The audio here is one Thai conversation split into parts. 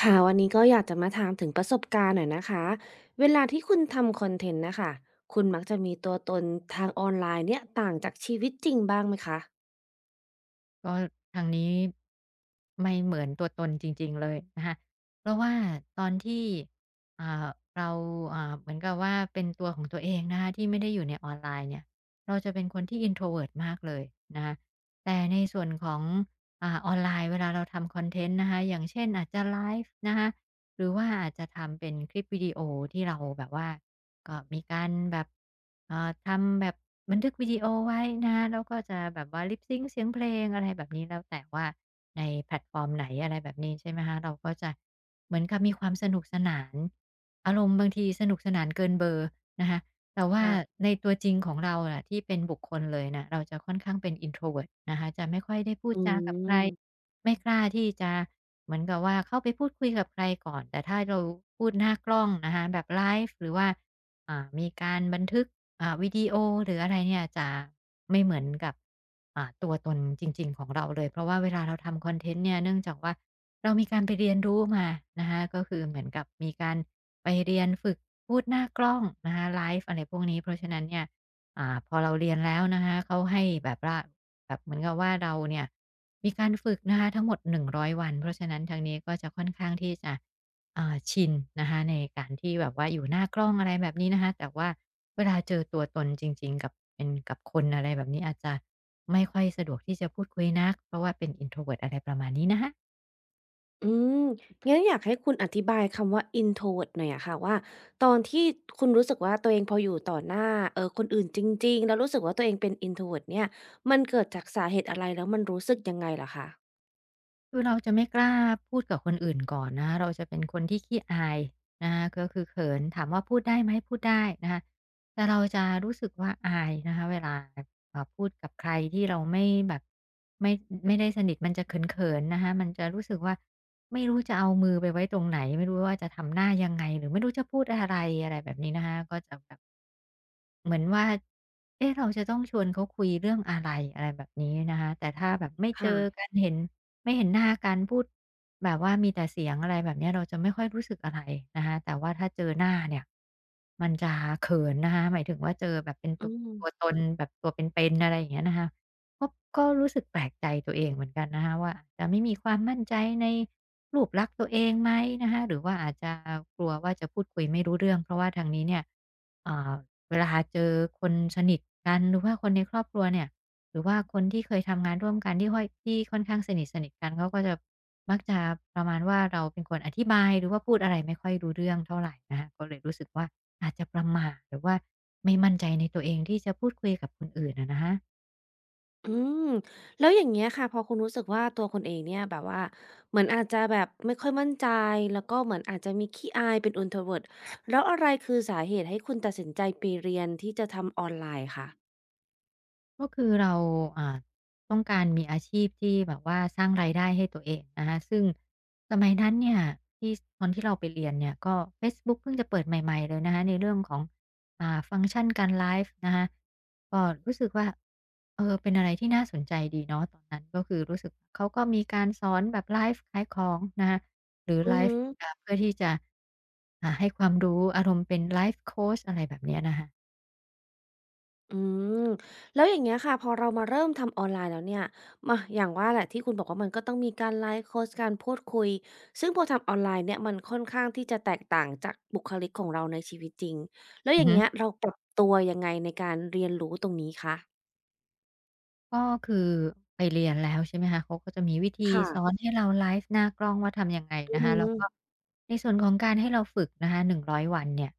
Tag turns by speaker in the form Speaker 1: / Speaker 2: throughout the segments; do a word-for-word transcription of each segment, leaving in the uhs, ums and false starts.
Speaker 1: ค่ะวันนี้ก็อยากจะมาถามถึงประสบการณ์หน่อยนะคะเวลาที่คุณทำคอนเทนต์นะคะคุณมักจะมีตัวตนทางออนไลน์เนี่ยต่างจากชีวิตจริงบ้างไหมคะ
Speaker 2: ก็ทางนี้ไม่เหมือนตัวตนจริงๆเลยนะคะเพราะว่าตอนที่อ่าเราอ่าเหมือนกับว่าเป็นตัวของตัวเองนะคะที่ไม่ได้อยู่ในออนไลน์เนี่ย เราจะเป็นคนที่ introvert มากเลยนะคะแต่ในส่วนของอ่าออนไลน์เวลาเราทำคอนเทนต์นะคะ อย่างเช่นอาจจะไลฟ์นะคะ หรือว่าอาจจะทำเป็นคลิปวิดีโอที่เราแบบว่าก็มีการแบบเอ่อทำแบบบันทึกวิดีโอไว้นะแล้วก็จะแบบว่า lip sync เสียงเพลงอะไรแบบนี้แล้วแต่ว่าในแพลตฟอร์มไหนอะไรแบบนี้ใช่ไหมคะเราก็จะเหมือนกับมีความสนุกสนานอารมณ์บางทีสนุกสนานเกินเบอร์นะคะแต่ว่า
Speaker 1: ค่ะ
Speaker 2: ในตัวจริงของเราน่ะที่เป็นบุคคลเลยน่ะเราจะค่อนข้างเป็น introvert นะคะจะไม่ค่อยได้พูด
Speaker 1: อื
Speaker 2: จากับใคร
Speaker 1: ม
Speaker 2: ไม่กล้าที่จะ เหมือนกับว่าเข้าไปพูดคุยกับใครก่อนแต่ถ้าเราพูดหน้ากล้องนะคะแบบไลฟ์หรือว่าอ่ามีการบันทึกอ่าวิดีโอหรืออะไรเนี่ยจะไม่เหมือนกับอ่าตัวตนจริงๆของเราเลยเพราะว่าเวลาเราทำคอนเทนต์เนี่ยเนื่องจากว่าเรามีการไปเรียนรู้มานะคะก็คือเหมือนกับมีการไปเรียนฝึกพูดหน้ากล้องนะคะไลฟ์อะไรพวกนี้เพราะฉะนั้นเนี่ย อ่าพอเราเรียนแล้วนะคะเขาให้แบบว่าแบบเหมือนกับว่าเราเนี่ยมีการฝึกนะคะทั้งหมดหนึ่งร้อยวันเพราะฉะนั้นทางนี้ก็จะค่อนข้างที่จะอ่าชินนะคะในการที่แบบว่าอยู่หน้ากล้องอะไรแบบนี้นะคะแต่ว่าเวลาเจอตัวตนจริงๆกับเป็นกับคนอะไรแบบนี้อาจจะไม่ค่อยสะดวกที่จะพูดคุยนักเพราะว่าเป็น introvert อะไรประมาณนี้นะคะ
Speaker 1: อืมงั้นอยากให้คุณอธิบายคำว่า introvert หน่อยอะค่ะว่าตอนที่คุณรู้สึกว่าตัวเองพออยู่ต่อหน้าเออคนอื่นจริงๆแล้วรู้สึกว่าตัวเองเป็น introvert เนี่ยมันเกิดจากสาเหตุอะไรแล้วมันรู้สึกยังไงล่ะคะ
Speaker 2: คือเราจะไม่กล้าพูดกับคนอื่นก่อนนะคะเราจะเป็นคนที่ขี้อายนะคะก็คือเขินถามว่าพูดได้ไหมพูดได้นะคะแต่เราจะรู้สึกว่าอายนะคะเวลาเอ่อพูดกับใครที่เราไม่แบบไม่ไม่ได้สนิทมันจะเขินๆนะคะมันจะรู้สึกว่า ไม่รู้จะเอามือไปไว้ตรงไหนไม่รู้ว่าจะทำหน้ายังไงหรือไม่รู้จะพูดอะไรอะไรแบบนี้นะคะก็จะแบบเหมือนว่าเอ๊ะเราจะต้องชวนเขาคุยเรื่องอะไรอะไรแบบนี้นะคะแต่ถ้าแบบไม่เจอ
Speaker 1: ค่ะ
Speaker 2: กันเห็นไม่เห็นหน้ากันพูดแบบว่ามีแต่เสียงอะไรแบบเนี้ยเราจะไม่ค่อยรู้สึกอะไรนะคะแต่ว่าถ้าเจอหน้าเนี่ยมันจะเขินนะคะหมายถึงว่าเจอแบบเป็น
Speaker 1: อื
Speaker 2: ตัวตัวต
Speaker 1: ม
Speaker 2: นแบบตัวเป็นๆอะไรอย่างเงี้ยนะคะก็ก็รู้สึกแปลกใจตัวเองเหมือนกันนะคะว่าอาจจะไม่มีความมั่นใจใน รูปลักษณ์ตัวเองไหมนะคะหรือว่าอาจจะกลัวว่าจะพูดคุยไม่รู้เรื่องเพราะว่าทางนี้เนี่ยเอ่อเวลาเจอคนสนิทกันหรือว่าคนในครอบครัวเนี่ยหรือว่าคนที่เคยทำงานร่วมกันที่ค่อยที่ค่อนข้างสนิทสนิทกันเขาก็จะมักจะประมาณว่าเราเป็นคนอธิบายหรือว่าพูดอะไรไม่ค่อยรู้เรื่องเท่าไหรนะคะก็เลยรู้สึกว่าอาจจะประหม่าหรือว่าไม่มั่นใจในตัวเองที่จะพูดคุยกับคนอื่นอะนะะ
Speaker 1: อืมแล้วอย่างเงี้ยค่ะพอคุณรู้สึกว่าตัวคุณเองเนี่ยแบบว่าเหมือนอาจจะแบบไม่ค่อยมั่นใจแล้วก็เหมือนอาจจะมีขี้อายเป็น introvert แล้วอะไรคือสาเหตุให้คุณตัดสินใจไปเรียนที่จะทำออนไลน์คะ
Speaker 2: ก็คือเราอ่าต้องการมีอาชีพที่แบบว่าสร้างรายได้ให้ตัวเองนะคะซึ่งสมัยนั้นเนี่ยที่ตอนที่เราไปเรียนเนี่ยก็เฟซบุ๊กเพิ่งจะเปิดใหม่ๆเลยนะคะในเรื่องของอ่าฟังก์ชันการไลฟ์นะคะก็รู้สึกว่าเออเป็นอะไรที่น่าสนใจดีเนาะตอนนั้นก็คือรู้สึกเขาก็มีการสอนแบบไลฟ์ขายของนะคะหรือ
Speaker 1: อื
Speaker 2: ไล
Speaker 1: อฮึ
Speaker 2: ฟ์อ่าเพื่อที่จะอ่าให้ความรู้อารมณ์เป็นไลฟ์โคชอะไรแบบเนี้ยนะคะ
Speaker 1: อืมแล้วอย่างเงี้ยค่ะพอเรามาเริ่มทำออนไลน์แล้วเนี่ยมาอย่างว่าแหละที่คุณบอกว่ามันก็ต้องมีการไลฟ์โคชการพูดคุยซึ่งพอทำออนไลน์เนี่ยมันค่อนข้างที่จะแตกต่างจากบุคลิกของเราในชีวิตจริงแล้ว
Speaker 2: อื
Speaker 1: อ
Speaker 2: อ
Speaker 1: ย่าง
Speaker 2: ฮึ
Speaker 1: เงี้ยเราปรับตัวยังไงในการเรียนรู้ตรงนี้คะ
Speaker 2: ก็คือไปเรียนแล้วใช่ไหมคะเขาก็จะมีวิธี
Speaker 1: ค่ะ
Speaker 2: สอนให้เราไลฟ์หน้ากล้องว่าทำยังไง
Speaker 1: อื
Speaker 2: นะคะ
Speaker 1: อ
Speaker 2: แล้ว
Speaker 1: ฮึ
Speaker 2: ก็ในส่วนของการให้เราฝึกนะคะหนึ่งร้อยวันเนี่ย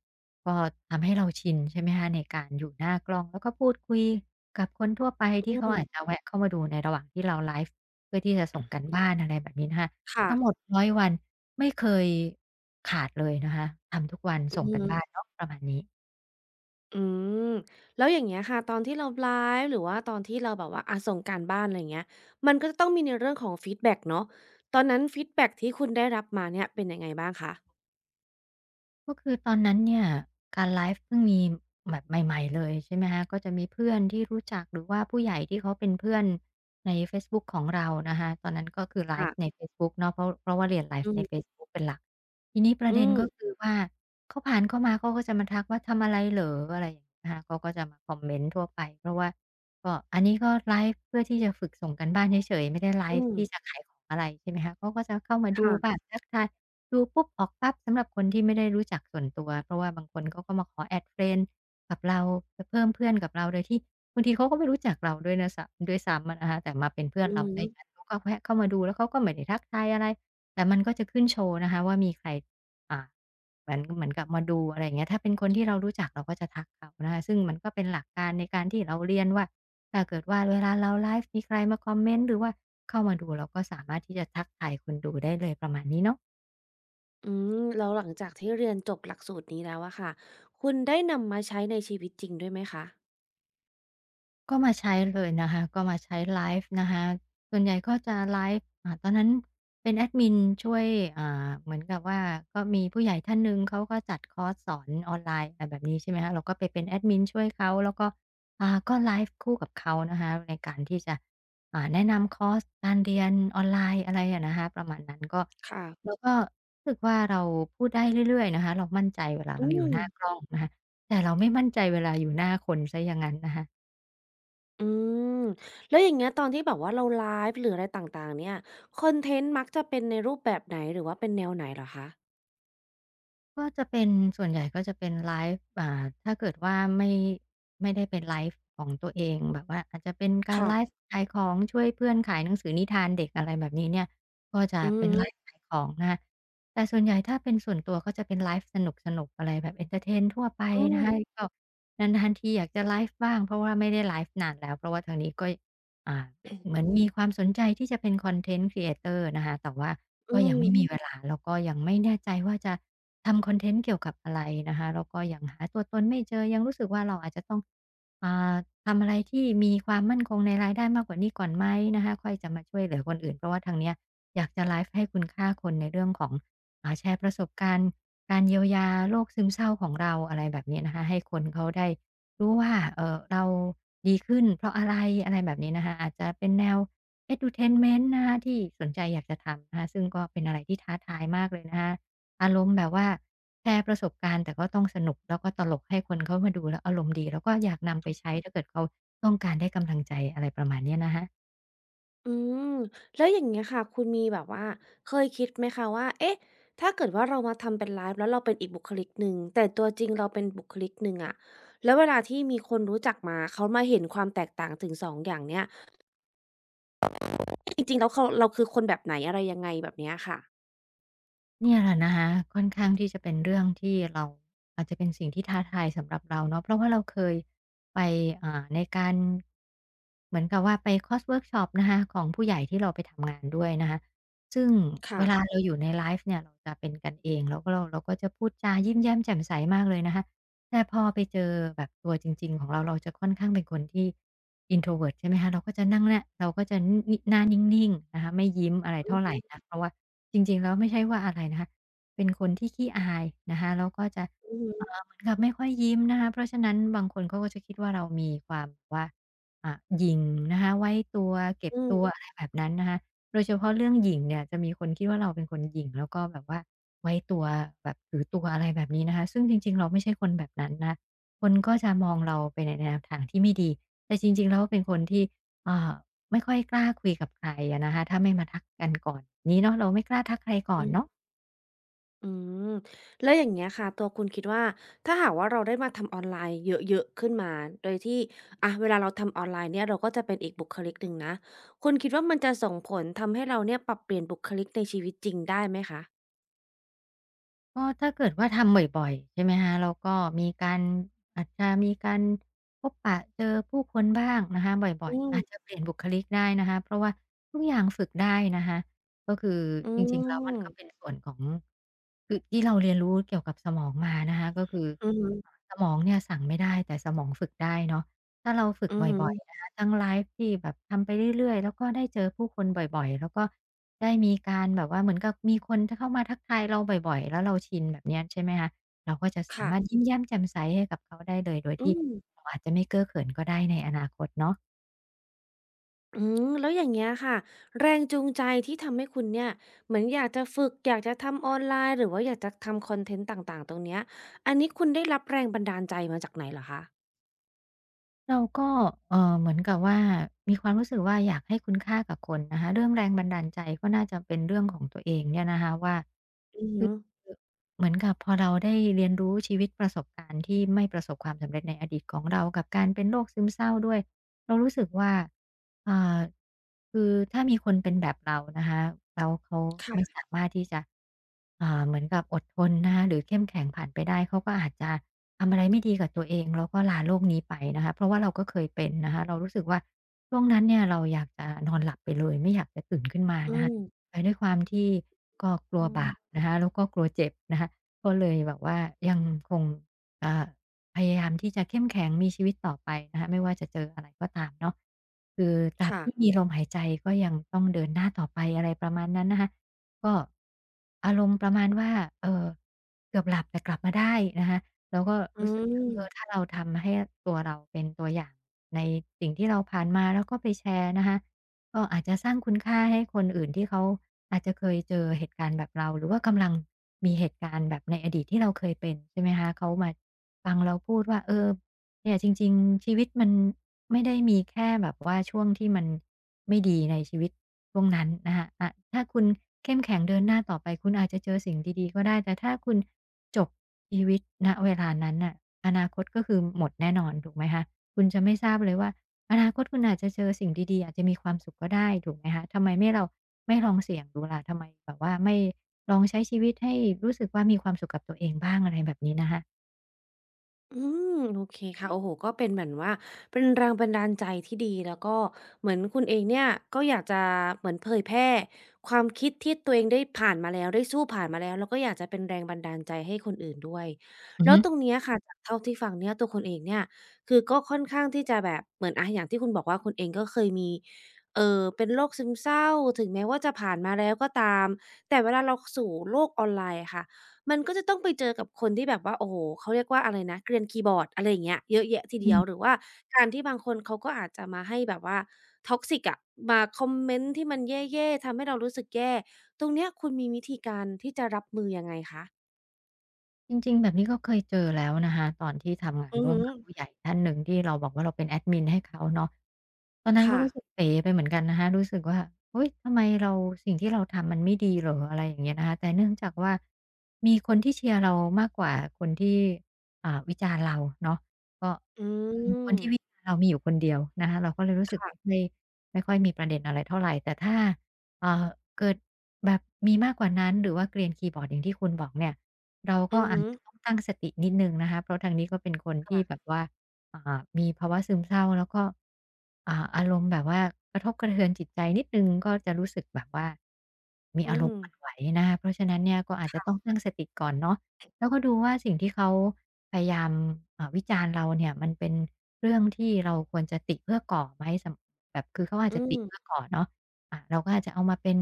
Speaker 2: ก็ทำให้เราชินใช่ไหมคะในการอยู่หน้ากล้องแล้วก็พูดคุยกับคนทั่วไปที่เขา
Speaker 1: อืม
Speaker 2: อาจจะแวะเข้ามาดูในระหว่างที่เราไลฟ์เพื่อที่จะส่งการบ้านอะไรแบบนี้นะคะทั้งหม
Speaker 1: ค่ะ
Speaker 2: ดร้อยวันไม่เคยขาดเลยนะคะทำทุกวันส่
Speaker 1: อื
Speaker 2: ง
Speaker 1: อ
Speaker 2: การบ้าน
Speaker 1: ฮึ
Speaker 2: เนาะประมาณนี้
Speaker 1: อืมแล้วอย่างเงี้ยค่ะตอนที่เราไลฟ์หรือว่าตอนที่เราแบบว่าอาส่งการบ้านอะไรอย่างเงี้ยมันก็จะต้องมีในเรื่องของฟีดแบ็กเนาะตอนนั้นฟีดแบ็กที่คุณได้รับมาเนี่ยเป็นยังไงบ้างคะ
Speaker 2: ก็คือตอนนั้นเนี่ยการไลฟ์เพิ่งมีแบบใหม่ๆเลยใช่ไหมคะก็จะมีเพื่อนที่รู้จักหรือว่าผู้ใหญ่ที่เขาเป็นเพื่อนในเฟซบุ๊กของเรานะคะตอนนั้นก็คือไลฟ์ใน
Speaker 1: ค่ะ
Speaker 2: เฟซบุ๊กเนาะเพราะเพราะว่าเรียนไล
Speaker 1: อื
Speaker 2: ฟ์ในเฟ
Speaker 1: ม
Speaker 2: ซบุ๊กเป็นหลักทีนี้ประ
Speaker 1: อื
Speaker 2: เด็น
Speaker 1: ม
Speaker 2: ก็คือว่าเขาผ่านเข้ามาเขาก็จะมาทักว่าทำอะไรเหรออะไรอย่างงี้นะคะเขาก็จะมาคอมเมนต์ทั่วไปเพราะว่าก็อันนี้ก็ไลฟ์เพื่อที่จะฝึกส่งการบ้านเฉยๆไม่ได้ไล
Speaker 1: อื
Speaker 2: ฟ์
Speaker 1: ม
Speaker 2: ที่จะขายของอะไรใช่ไหมคะเขาก็จะเข้ามาดูบ้า
Speaker 1: ค่ะ
Speaker 2: งทักทาย ดูปุ๊บออกปั๊บสำหรับคนที่ไม่ได้รู้จักส่วนตัวเพราะว่าบางคนเขาก็มาขอ add เฟรนด์กับเราไปเพิ่มเพื่อนกับเราโดยที่บางทีเขาก็ไม่รู้จักเราด้วยนะสด้วยซ้ำอะนะคะแต่มาเป็นเพื่อน
Speaker 1: อื
Speaker 2: เรา
Speaker 1: อ
Speaker 2: เสี
Speaker 1: ฮึ
Speaker 2: ยงั้นเขาก็แวะเข้ามาดูแล้วเขาก็ไม่ได้ทักทายอะไรแต่มันก็จะขึ้นโชว์นะคะว่ามีใครอ่าเหมือนเหมือนกับมาดูอะไรอย่างเงี้ยถ้าเป็นคนที่เรารู้จักเราก็จะทักเขานะคะซึ่งมันก็เป็นหลักการในการที่เราเรียนว่าถ้าเกิดว่าเวลาเราไลฟ์มีใครมาคอมเมนต์หรือว่าเข้ามาดูเราก็สามารถที่จะทักทายคนดูได้เลยประมาณนี้เนาะ
Speaker 1: อืมแล้วหลังจากที่เรียนจบหลักสูตรนี้แล้วอะค่ะคุณได้นำมาใช้ในชีวิตจริงด้วยไหมคะ
Speaker 2: ก็มาใช้เลยนะคะ ก็มาใช้ไลฟ์นะคะ ส่วนใหญ่ก็จะไลฟ์อ่าตอนนั้นเป็นแอดมินช่วยอ่าเหมือนกับว่าก็มีผู้ใหญ่ท่านหนึ่งเขาก็จัดคอร์สสอนออนไลน์อะไรแบบนี้ใช่ไหมคะเราก็ไปเป็นแอดมินช่วยเขา แล้วก็อ่าก็ไลฟ์คู่กับเขานะคะในการที่จะอ่าแนะนำคอร์สการเรียนออนไลน์อะไรอะนะคะประมาณนั้นก็
Speaker 1: ค่ะ
Speaker 2: เราก็รู้สึกว่าเราพูดได้เรื่อยๆนะคะเรามั่นใจเวลา
Speaker 1: อื
Speaker 2: เราอยู่
Speaker 1: ม
Speaker 2: หน้ากล้องนะคะแต่เราไม่มั่นใจเวลาอยู่หน้าคนเสียอย่างงั้นนะคะ
Speaker 1: อืมแล้วอย่างเงี้ยตอนที่แบบว่าเราไลฟ์หรืออะไรต่างๆเนี่ยคอนเทนต์มักจะเป็นในรูปแบบไหนหรือว่าเป็นแนวไหนเหรอคะ
Speaker 2: ก็จะเป็นส่วนใหญ่ก็จะเป็นไลฟ์อ่าถ้าเกิดว่าไม่ไม่ได้เป็นไลฟ์ของตัวเองแบบว่าอาจจะเป็นการ
Speaker 1: ค่ะ
Speaker 2: ไลฟ์ขายของช่วยเพื่อนขายหนังสือนิทานเด็กอะไรแบบนี้เนี่ยก็จะ
Speaker 1: อือฮ
Speaker 2: เป็นไลฟ์
Speaker 1: ึ
Speaker 2: ขายของนะคะแต่ส่วนใหญ่ถ้าเป็นส่วนตัวก็จะเป็นไลฟ์สนุกๆอะไรแบบเอนเทอร์เทนทั่วไป
Speaker 1: อื
Speaker 2: นะคะ
Speaker 1: ม
Speaker 2: ก็นานๆทีอยากจะไลฟ์บ้างเพราะว่าไม่ได้ไลฟ์นานแล้วเพราะว่าทางนี้ก็อ่าเหมื
Speaker 1: อ
Speaker 2: อนมีความสนใจที่จะเป็นคอนเทนต์ creator นะคะแต่ว่า
Speaker 1: ื
Speaker 2: ก็ยังไม่มีเว
Speaker 1: ม
Speaker 2: ลาแล้วก็ยังไม่แน่ใจว่าจะทำคอนเทนต์เกี่ยวกับอะไรนะคะแล้วก็ยังหาตัวตนไม่เจอยังรู้สึกว่าเราอาจจะต้องอ่าทำอะไรที่มีความมั่นคงในรายได้มากกว่านี้ก่อนไหมนะคะค่อยจะมาช่วยเหลือคนอื่นเพราะว่าทางเนี้ยอยากจะไลฟ์ให้คุณค่าคนในเรื่องของอ่าแชร์ประสบการณ์การเยียวยาโรคซึมเศร้าของเราอะไรแบบนี้นะคะให้คนเขาได้รู้ว่าเอ่อเราดีขึ้นเพราะอะไรอะไรแบบนี้นะคะอาจจะเป็นแนว entertainment นะคะที่สนใจอยากจะทำนะคะซึ่งก็เป็นอะไรที่ท้าทายมากเลยนะคะอารมณ์แบบว่าแชร์ประสบการณ์แต่ก็ต้องสนุกแล้วก็ตลกให้คนเขามาดูแล้วอารมณ์ดีแล้วก็อยากนำไปใช้ถ้าเกิดเขาต้องการได้กำลังใจอะไรประมาณเนี้ยนะคะ
Speaker 1: อืมแล้วอย่างเงี้ยค่ะคุณมีแบบว่าเคยคิดไหมคะว่าเอ๊ะถ้าเกิดว่าเรามาทำเป็นไลฟ์แล้วเราเป็นอีกบุคลิกหนึ่งแต่ตัวจริงเราเป็นบุคลิกหนึ่งอะแล้วเวลาที่มีคนรู้จักมาเขามาเห็นความแตกต่างถึงสองอย่างเนี้ยจริงๆแล้วเขาเราคือคนแบบไหนอะไรยังไงแบบเนี้ยค่ะ
Speaker 2: เนี่ยแหละนะคะค่อนข้างที่จะเป็นเรื่องที่เราอาจจะเป็นสิ่งที่ท้าทายสำหรับเราเนาะเพราะว่าเราเคยไปอ่าในการเหมือนกับว่าไปคอร์สเวิร์กช็อปนะคะของผู้ใหญ่ที่เราไปทำงานด้วยนะคะซึ่งเว
Speaker 1: ค่ะ
Speaker 2: ลาเราอยู่ในไลฟ์เนี่ยเราจะเป็นกันเองแล้วก็เราเราก็จะพูดจายิ้มแย้มแจ่มใสมากเลยนะคะ แต่พอไปเจอแบบตัวจริงๆของเราเราจะค่อนข้างเป็นคนที่ introvert ใช่ไหมคะเราก็จะนั่งเนี่ยเราก็จะนิหน้านิ่งๆนะคะไม่ยิ้มอะไรเท่าไรนักเพราะว่าจริงๆแล้วไม่ใช่ว่าอะไรนะคะเป็นคนที่ขี้อายนะคะแล้วก็จะ
Speaker 1: อือฮึ
Speaker 2: อ่าเหมือนกับไม่ค่อยยิ้มนะคะเพราะฉะนั้นบางคนเขาก็จะคิดว่าเรามีความแบบว่าอ่าหยิ่งนะคะไว้ตัวเก็บ
Speaker 1: อืม
Speaker 2: ตัวอะไรแบบนั้นนะคะโดยเฉพาะเรื่องหยิ่งเนี่ยจะมีคนคิดว่าเราเป็นคนหยิ่งแล้วก็แบบว่า ไว้ตัวแบบถือตัวอะไรแบบนี้นะคะซึ่งจริงๆเราไม่ใช่คนแบบนั้นนะคนก็จะมองเราไปในแนวทางที่ไม่ดีแต่จริงๆแล้วเป็นคนที่อ่าไม่ค่อยกล้าคุยกับใครอะนะคะถ้าไม่มาทักกันก่อนนี้เนาะเราไม่กล้าทักใครก่อ
Speaker 1: อื
Speaker 2: น
Speaker 1: ม
Speaker 2: เนาะ
Speaker 1: อืมแล้วอย่างเงี้ยค่ะตัวคุณคิดว่าถ้าหากว่าเราได้มาทำออนไลน์เยอะๆขึ้นมาโดยที่อะเวลาเราทำออนไลน์เนี่ยเราก็จะเป็นอีกบุคลิกหนึ่งนะคุณคิดว่ามันจะส่งผลทำให้เราเนี่ยปรับเปลี่ยนบุคลิกในชีวิตจริงได้ไหมคะ
Speaker 2: ก็ถ้าเกิดว่าทำบ่อยๆใช่ไหมคะแล้วก็มีการอาจจะมีการพบปะเจอผู้คนบ้างนะคะบ่อย
Speaker 1: อื
Speaker 2: ๆ
Speaker 1: ม
Speaker 2: อาจจะเปลี่ยนบุคลิกได้นะคะเพราะว่าทุกอย่างฝึกได้นะคะก็คือ
Speaker 1: อื
Speaker 2: จริงๆแล้วมันก็เป็น
Speaker 1: ม
Speaker 2: ส่วนของคือที่เราเรียนรู้เกี่ยวกับสมองมานะคะก็คือ
Speaker 1: อือฮึ
Speaker 2: สมองเนี่ยสั่งไม่ได้แต่สมองฝึกได้เนาะ ถ้าเราฝึก
Speaker 1: อื
Speaker 2: บ
Speaker 1: อฮึ
Speaker 2: ่อยๆนะคะทั้งไลฟ์ที่แบบทำไปเรื่อยๆแล้วก็ได้เจอผู้คนบ่อยๆแล้วก็ได้มีการแบบว่าเหมือนกับมีคนที่เข้ามาทักทายเราบ่อยๆแล้วเราชินแบบเนี้ยใช่ไหมคะเราก็จะสา
Speaker 1: ค่ะ
Speaker 2: มารถยิ้มแย้มแจ่มใสให้กับเขาได้เลยโดย
Speaker 1: อื
Speaker 2: ที่
Speaker 1: ม
Speaker 2: เราอาจจะไม่เก้อเขินก็ได้ในอนาคตเนาะ
Speaker 1: อืมแล้วอย่างเงี้ยค่ะแรงจูงใจที่ทำให้คุณเนี่ยเหมือนอยากจะฝึกอยากจะทำออนไลน์หรือว่าอยากจะทำคอนเทนต์ต่างๆตรงเนี้ยอันนี้คุณได้รับแรงบันดาลใจมาจากไหนเหรอคะ
Speaker 2: เราก็เอ่อเหมือนกับว่ามีความรู้สึกว่าอยากให้คุณค่ากับคนนะคะเรื่องแรงบันดาลใจก็น่าจะเป็นเรื่องของตัวเองเนี่ยนะคะว่า
Speaker 1: อือ
Speaker 2: คื
Speaker 1: ฮึ
Speaker 2: อเหมือนกับพอเราได้เรียนรู้ชีวิตประสบการณ์ที่ไม่ประสบความสำเร็จในอดีตของเรากับการเป็นโรคซึมเศร้าด้วยเรารู้สึกว่าอ่าคือถ้ามีคนเป็นแบบเรานะคะแล้วเขาไม่
Speaker 1: ค่ะ
Speaker 2: สามารถที่จะอ่าเหมือนกับอดทนนะคะหรือเข้มแข็งผ่านไปได้เขาก็อาจจะทำอะไรไม่ดีกับตัวเองแล้วก็ลาโลกนี้ไปนะคะเพราะว่าเราก็เคยเป็นนะคะเรารู้สึกว่าช่วงนั้นเนี่ยเราอยากจะนอนหลับไปเลยไม่อยากจะตื่นขึ้นมา
Speaker 1: อื
Speaker 2: นะคะ
Speaker 1: ม
Speaker 2: แต่ด้วยความที่ก็กลัว
Speaker 1: อื
Speaker 2: บาป
Speaker 1: ม
Speaker 2: นะคะแล้วก็กลัวเจ็บนะคะก็เลยแบบว่ายังคงอ่าพยายามที่จะเข้มแข็งมีชีวิตต่อไปนะคะไม่ว่าจะเจออะไรก็ตามเนาะคือตราบ
Speaker 1: ค่ะ
Speaker 2: ที่มีลมหายใจก็ยังต้องเดินหน้าต่อไปอะไรประมาณนั้นนะคะก็อารมณ์ประมาณว่าเอ่อเกือบหลับแต่กลับมาได้นะคะแล้วก็
Speaker 1: อื
Speaker 2: รู้สึกว่าเออ
Speaker 1: ม
Speaker 2: ถ้าเราทำให้ตัวเราเป็นตัวอย่างในสิ่งที่เราผ่านมาแล้วก็ไปแชร์นะคะ ก็อาจจะสร้างคุณค่าให้คนอื่นที่เขาอาจจะเคยเจอเหตุการณ์แบบเราหรือว่ากำลังมีเหตุการณ์แบบในอดีตที่เราเคยเป็นใช่ไหมคะเขามาฟังเราพูดว่าเออเนี่ยจริงๆชีวิตมันไม่ได้มีแค่แบบว่าช่วงที่มันไม่ดีในชีวิตช่วงนั้นนะคะอะถ้าคุณเข้มแข็งเดินหน้าต่อไปคุณอาจจะเจอสิ่งดีๆก็ได้แต่ถ้าคุณจบชีวิตณเวลานั้นน่ะอนาคตก็คือหมดแน่นอนถูกไหมคะคุณจะไม่ทราบเลยว่า อนาคตคุณอาจจะเจอสิ่งดีๆอาจจะมีความสุขก็ได้ถูกไหมคะทำไมไม่เราไม่ลองเสี่ยงดูล่ะทำไมแบบว่าไม่ลองใช้ชีวิตให้รู้สึกว่ามีความสุขกับตัวเองบ้างอะไรแบบนี้นะคะ
Speaker 1: อืมโอเคค่ะโอ้โฮก็เป็นเหมือนว่าเป็นแรงบันดาลใจที่ดีแล้วก็เหมือนคุณเองเนี่ยก็อยากจะเหมือนเผยแพร่ความคิดที่ตัวเองได้ผ่านมาแล้วได้สู้ผ่านมาแล้วแล้วก็อยากจะเป็นแรงบันดาลใจให้คนอื่นด้วย
Speaker 2: อือ
Speaker 1: แล้ว
Speaker 2: ฮึ
Speaker 1: ตรงเนี้ยค่ะจากเท่าที่ฟังเนี่ยตัวคุณเองเนี่ยคือก็ค่อนข้างที่จะแบบเหมือนอะอย่างที่คุณบอกว่าคุณเองก็เคยมีเอ่อเป็นโรคซึมเศร้าถึงแม้ว่าจะผ่านมาแล้วก็ตามแต่เวลาเราสู่โลกออนไลน์อะค่ะ มันก็จะต้องไปเจอกับคนที่แบบว่าโอ้โฮเขาเรียกว่าอะไรนะเกรียนคีย์บอร์ดอะไรอย่างเงี้ยเยอะแยะทีเดียว
Speaker 2: อื
Speaker 1: หรือว่าการที่บางคนเขาก็อาจจะมาให้แบบว่า toxic อะมาคอมเมนต์ที่มันแย่ๆทำให้เรารู้สึกแย่ตรงเนี้ยคุณมีวิธีการที่จะรับมือยังไงคะ
Speaker 2: จริงๆแบบนี้ก็เคยเจอแล้วนะคะตอนที่ทำงาน
Speaker 1: อือ
Speaker 2: ร่ว
Speaker 1: ฮึ
Speaker 2: มกับผู้ใหญ่ท่านหนึ่งที่เราบอกว่าเราเป็นแอดมินให้เขาเนาะตอนนั้นก็
Speaker 1: ค่ะ
Speaker 2: รู้สึกเป๋ไปเหมือนกันนะคะรู้สึกว่าเฮ้ยทำไมเราสิ่งที่เราทำมันไม่ดีเหรออะไรอย่างเงี้ยนะคะแต่เนื่องจากว่ามีคนที่เชียร์เรามากกว่าคนที่อ่าวิจารณ์เราเนาะก็
Speaker 1: อื
Speaker 2: คือคน
Speaker 1: ม
Speaker 2: ที่วิจารณ์เรามีอยู่คนเดียวนะคะเราก็เลยรู้สึก
Speaker 1: ค่ะ
Speaker 2: ไม่ไม่ค่อยมีประเด็นอะไรเท่าไรแต่ถ้าเอ่อเกิดแบบมีมากกว่านั้นหรือว่าเกรียนคีย์บอร์ดอย่างที่คุณบอกเนี่ย เราก็
Speaker 1: อือ
Speaker 2: อาจ
Speaker 1: ฮึ
Speaker 2: จะต้องตั้งสตินิดหนึ่งนะคะเพราะทางนี้ก็เป็นคนที่แบบ
Speaker 1: ค่ะ
Speaker 2: ว่าอ่ามีภาวะซึมเศร้าแล้วก็อ่าอารมณ์แบบว่ากระทบกระเทือนจิตใจนิดหนึ่งก็จะรู้สึกแบบว่ามี
Speaker 1: อื
Speaker 2: อารม
Speaker 1: ม
Speaker 2: มณ์หวั่นไหวนะคะเพราะฉะนั้นเนี่ยก็อาจจะต้องตั้งสติก่อนเนาะแล้วก็ดูว่าสิ่งที่เขาพยายามอ่าวิจารณ์เราเนี่ยมันเป็นเรื่องที่เราควรจะติเพื่อก่อไหมสำแบบคือเขาอาจ
Speaker 1: อื
Speaker 2: จะติ
Speaker 1: ม
Speaker 2: เพื่อก่อเนาะอ่าเราก็อาจจะเอามาเป็น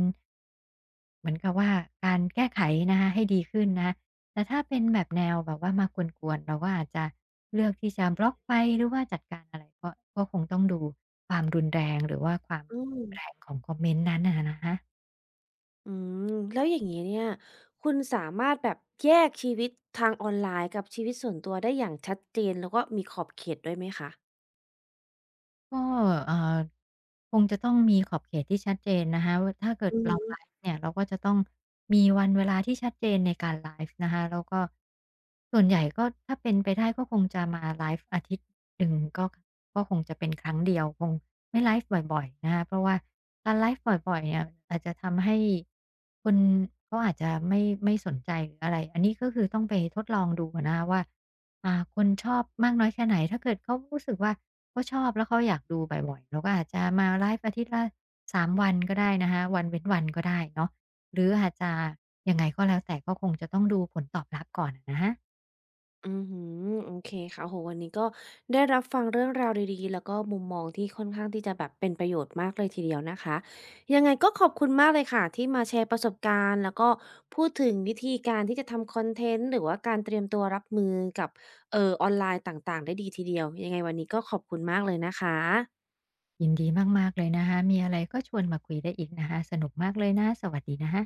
Speaker 2: เหมือนกับว่าการแก้ไขนะคะให้ดีขึ้นนะคะ แต่ถ้าเป็นแบบแนวแบบว่ามากวนๆเราก็อาจจะเลือกที่จะบล็อกไปหรือว่าจัดการอะไรก็ก็คงต้องดูความรุนแรงหรือว่าความ
Speaker 1: อืม
Speaker 2: แรงของคอมเมนต์นั้นน่ะนะคะ
Speaker 1: อืมแล้วอย่างงี้เนี่ยคุณสามารถแบบแยกชีวิตทางออนไลน์กับชีวิตส่วนตัวได้อย่างชัดเจนแล้วก็มีขอบเขตด้วยไหมคะ
Speaker 2: ก็เอ่อคงจะต้องมีขอบเขตที่ชัดเจนนะคะวาถ้าเกิด
Speaker 1: อื
Speaker 2: เรา
Speaker 1: ม
Speaker 2: ไลฟ์เนี่ยเราก็จะต้องมีวันเวลาที่ชัดเจนในการไลฟ์นะคะแล้วก็ส่วนใหญ่ก็ถ้าเป็นไปได้ก็คงจะมาไลฟ์อาทิตย์หนึ่งก็ก็คงจะเป็นครั้งเดียวคงไม่ไลฟ์บ่อยๆนะคะเพราะว่าการไลฟ์บ่อยๆเนี่ยอาจจะทำให้คนเขาอาจจะไม่ไม่สนใจหรืออะไรอันนี้ก็คือต้องไปทดลองดูอะนะคะว่าอ่าคนชอบมากน้อยแค่ไหนถ้าเกิดเขารู้สึกว่า เขาชอบแล้วเขาอยากดูบ่อยๆเราก็อาจจะมาไลฟ์อาทิตย์ละสามวันก็ได้นะคะวันเว้นวันก็ได้เนาะหรืออาจจะยังไงก็แล้วแต่ก็คงจะต้องดูผลตอบรับก่อนอะนะคะ
Speaker 1: อหืออือหือโอเคค่ะโหวันนี้ก็ได้รับฟังเรื่องราวดีๆ แล้วก็มุมมองที่ค่อนข้างที่จะแบบเป็นประโยชน์มากเลยทีเดียวนะคะ ยังไงก็ขอบคุณมากเลยค่ะที่มาแชร์ประสบการณ์แล้วก็พูดถึงวิธีการที่จะทำคอนเทนต์หรือว่าการเตรียมตัวรับมือกับเอ่อออนไลน์ต่างๆได้ดีทีเดียว ยังไงวันนี้ก็ขอบคุณมากเลยนะคะ
Speaker 2: ยินดีมากๆเลยนะคะมีอะไรก็ชวนมาคุยได้อีกนะคะสนุกมากเลยนะสวัสดีนะคะ